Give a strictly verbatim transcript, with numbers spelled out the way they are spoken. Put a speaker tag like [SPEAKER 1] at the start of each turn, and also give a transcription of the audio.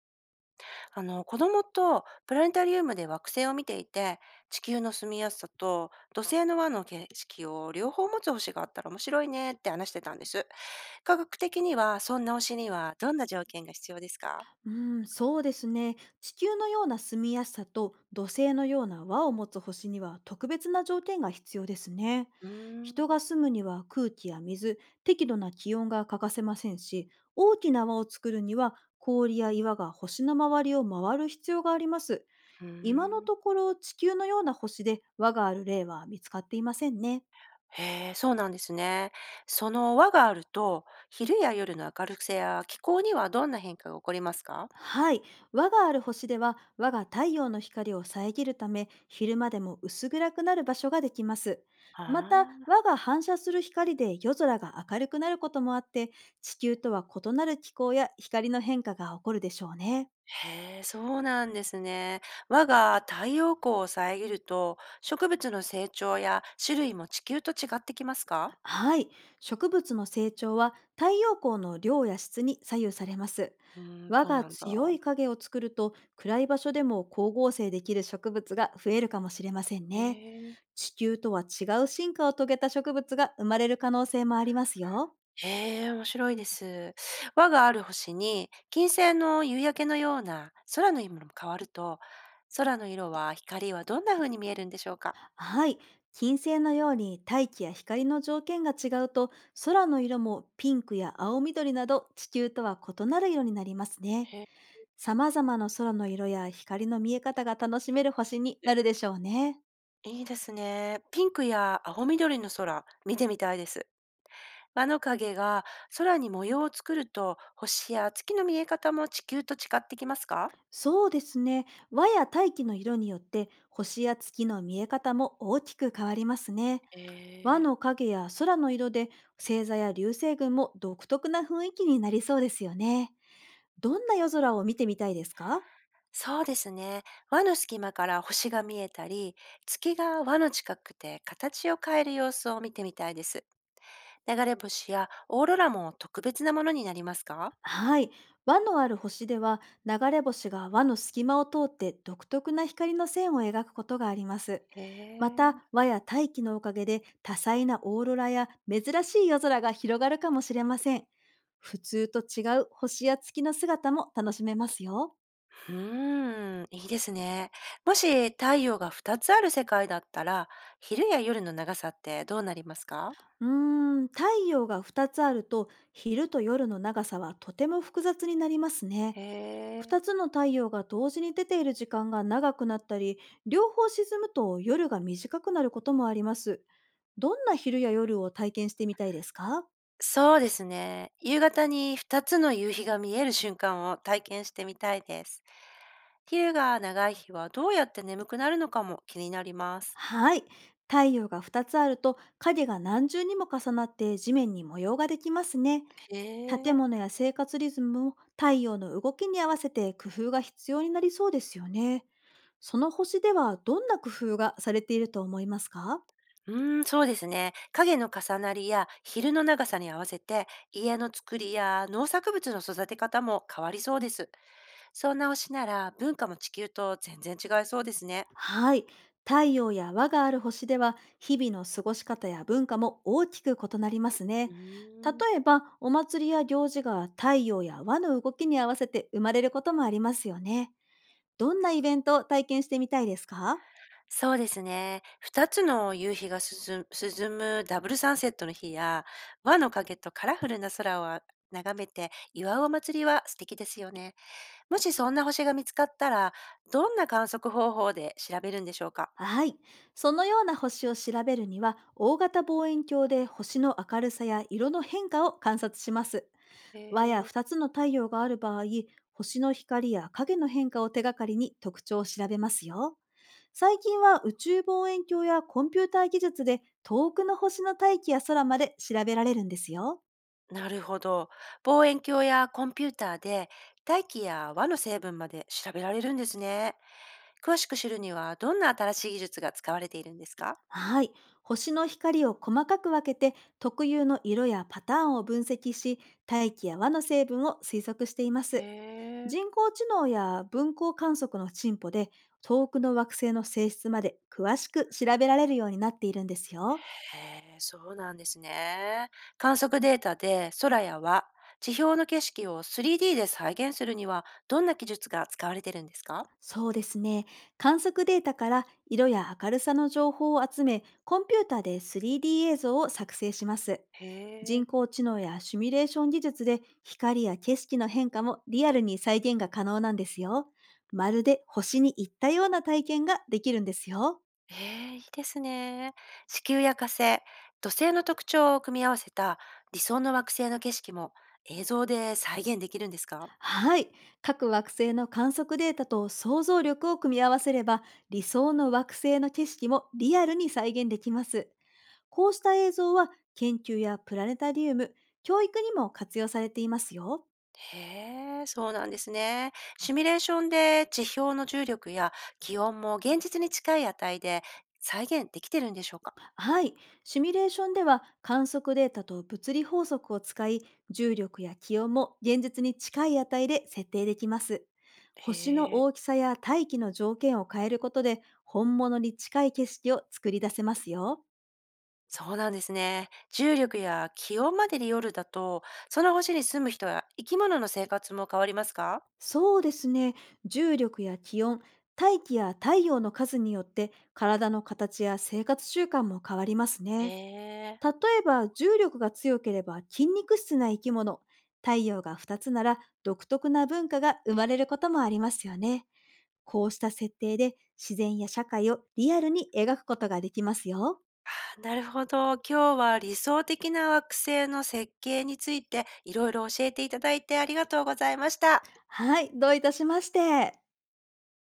[SPEAKER 1] あの子供とプラネタリウムで惑星を見ていて、地球の住みやすさと土星の輪の景色を両方持つ星があったら面白いねって話してたんです。科学的にはそんな星にはどんな条件が必要ですか？
[SPEAKER 2] うん、そうですね。地球のような住みやすさと土星のような輪を持つ星には特別な条件が必要ですね。
[SPEAKER 1] うー
[SPEAKER 2] 人
[SPEAKER 1] ん。
[SPEAKER 2] が住むには空気や水、適度な気温が欠かせませんし、大きな輪を作るには氷や岩が星の周りを回る必要があります。
[SPEAKER 1] うー
[SPEAKER 2] 今の
[SPEAKER 1] ん。
[SPEAKER 2] ところ地球のような星で輪がある例は見つかっていませんね。
[SPEAKER 1] へえ、そうなんですね。その輪があると、昼や夜の明るさや気候にはどんな変化が起こりますか？
[SPEAKER 2] はい。輪がある星では、輪が太陽の光を遮るため、昼間でも薄暗くなる場所ができます。
[SPEAKER 1] あ
[SPEAKER 2] また、
[SPEAKER 1] あー。
[SPEAKER 2] 輪が反射する光で夜空が明るくなることもあって、地球とは異なる気候や光の変化が起こるでしょうね。
[SPEAKER 1] へえ、そうなんですね。我が太陽光を遮ると、植物の成長や種類も地球と違ってきますか？
[SPEAKER 2] はい。植物の成長は太陽光の量や質に左右されます。
[SPEAKER 1] うーん、
[SPEAKER 2] 輪
[SPEAKER 1] そう
[SPEAKER 2] が
[SPEAKER 1] なんだ。
[SPEAKER 2] 強い影を作ると暗い場所でも光合成できる植物が増えるかもしれません
[SPEAKER 1] へ
[SPEAKER 2] ね。
[SPEAKER 1] え。
[SPEAKER 2] 地球とは違う進化を遂げた植物が生まれる可能性もありますよ。
[SPEAKER 1] へえ、面白いです。我がある星に、金星の夕焼けのような空の色も変わると、空の色は光はどんな風に見えるんでしょうか？
[SPEAKER 2] はい。金星のように大気や光の条件が違うと、空の色もピンクや青緑など地球とは異なる色になりますね。
[SPEAKER 1] へえ。
[SPEAKER 2] 様々な空の色や光の見え方が楽しめる星に
[SPEAKER 1] いや、
[SPEAKER 2] なるでしょうね。
[SPEAKER 1] いいですね。ピンクや青緑の空、見てみたいです。輪の影が空に模様を作ると、星や月の見え方も地球と違ってきますか？
[SPEAKER 2] そうですね。和や大気の色によって星や月の見え方も大きく変わりますね。和
[SPEAKER 1] ええ。
[SPEAKER 2] の影や空の色で星座や流星群も独特な雰囲気になりそうですよね。どんな夜空を見てみたいですか？
[SPEAKER 1] そうですね。輪の隙間から星が見えたり、月が輪の近くで形を変える様子を見てみたいです。流れ星やオーロラも特別なものになりますか？
[SPEAKER 2] はい。輪のある星では、流れ星が輪の隙間を通って独特な光の線を描くことがあります。
[SPEAKER 1] へ
[SPEAKER 2] ま
[SPEAKER 1] え。
[SPEAKER 2] た、輪や大気のおかげで多彩なオーロラや珍しい夜空が広がるかもしれません。普通と違う星や月の姿も楽しめますよ。
[SPEAKER 1] うーん、いいですね。もし太陽がふたつある世界だったら、昼や夜の長さってどうなりますか？
[SPEAKER 2] うーん、太陽がふたつあると昼と夜の長さはとても複雑になりますね。
[SPEAKER 1] へ
[SPEAKER 2] 2
[SPEAKER 1] え。
[SPEAKER 2] つの太陽が同時に出ている時間が長くなったり、両方沈むと夜が短くなることもあります。どんな昼や夜を体験してみたいですか？
[SPEAKER 1] そうですね。夕方にふたつの夕日が見える瞬間を体験してみたいです。昼が長い日はどうやって眠くなるのかも気になります。
[SPEAKER 2] はい。太陽がふたつあると影が何重にも重なって地面に模様ができますね。
[SPEAKER 1] へ
[SPEAKER 2] 建
[SPEAKER 1] え。
[SPEAKER 2] 物や生活リズムも太陽の動きに合わせて工夫が必要になりそうですよね。その星ではどんな工夫がされていると思いますか？
[SPEAKER 1] うーん、そうですね。影の重なりや昼の長さに合わせて家の作りや農作物の育て方も変わりそうです。そんな推しなら文化も地球と全然違いそうですね。
[SPEAKER 2] はい。太陽や輪がある星では、日々の過ごし方や文化も大きく異なります
[SPEAKER 1] う
[SPEAKER 2] ね。例
[SPEAKER 1] ーん。
[SPEAKER 2] えば、お祭りや行事が太陽や輪の動きに合わせて生まれることもありますよね。どんなイベントを体験してみたいですか？
[SPEAKER 1] そうですね。ふたつの夕日が沈む沈むダブルサンセットの日や、和の影とカラフルな空を眺めて祝うお祭りは素敵ですよね。もしそんな星が見つかったら、どんな観測方法で調べるんでしょうか？
[SPEAKER 2] はい。そのような星を調べるには、大型望遠鏡で星の明るさや色の変化を観察します。
[SPEAKER 1] へ
[SPEAKER 2] 輪や
[SPEAKER 1] え、
[SPEAKER 2] ふたつの太陽がある場合、星の光や影の変化を手がかりに特徴を調べますよ。最近は宇宙望遠鏡やコンピューター技術で遠くの星の大気や空まで調べられるんですよ。
[SPEAKER 1] なるほど。望遠鏡やコンピューターで大気や和の成分まで調べられるんですね。詳しく知るにはどんな新しい技術が使われているんですか？
[SPEAKER 2] はい。星の光を細かく分けて特有の色やパターンを分析し、大気や輪の成分を推測していま
[SPEAKER 1] へ
[SPEAKER 2] す。人
[SPEAKER 1] え。
[SPEAKER 2] 工知能や分光観測の進歩で遠くの惑星の性質まで詳しく調べられるようになっているんですよ。
[SPEAKER 1] へえ、そうなんですね。観測データで空やは地表の景色を スリーディー で再現するにはどんな技術が使われてるんですか？
[SPEAKER 2] そうですね。観測データから色や明るさの情報を集め、コンピューターで スリーディー 映像を作成します。
[SPEAKER 1] へ
[SPEAKER 2] 人
[SPEAKER 1] え、
[SPEAKER 2] 工知能やシミュレーション技術で光や景色の変化もリアルに再現が可能なんですよ。まるで星に行ったような体験ができるんですよ。
[SPEAKER 1] へえ、いいですね。地球や火星、土星の特徴を組み合わせた理想の惑星の景色も映像で再現できるんですか？
[SPEAKER 2] はい。各惑星の観測データと想像力を組み合わせれば、理想の惑星の景色もリアルに再現できます。こうした映像は研究やプラネタリウム、教育にも活用されていますよ。
[SPEAKER 1] へえ、そうなんですね。シミュレーションで地表の重力や気温も現実に近い値で再現できてるんでしょうか？
[SPEAKER 2] はい。シミュレーションでは観測データと物理法則を使い、重力や気温も現実に近い値で設定できます。星の
[SPEAKER 1] へ
[SPEAKER 2] 大き
[SPEAKER 1] ー。
[SPEAKER 2] さや大気の条件を変えることで、本物に近い景色を作り出せますよ。
[SPEAKER 1] そうなんですね。重力や気温までに夜だと、その星に住む人や生き物の生活も変わりますか？
[SPEAKER 2] そうですね。重力や気温、大気や太陽の数によって体の形や生活習慣も変わります
[SPEAKER 1] へ
[SPEAKER 2] ね。
[SPEAKER 1] え。
[SPEAKER 2] 例えば重力が強ければ筋肉質な生き物、太陽がふたつなら独特な文化が生まれることもありますよね。こうした設定で自然や社会をリアルに描くことができますよ。
[SPEAKER 1] あ、なるほど。今日は理想的な惑星の設計についていろいろ教えていただいてありがとうございました。
[SPEAKER 2] はい、どういたしまして。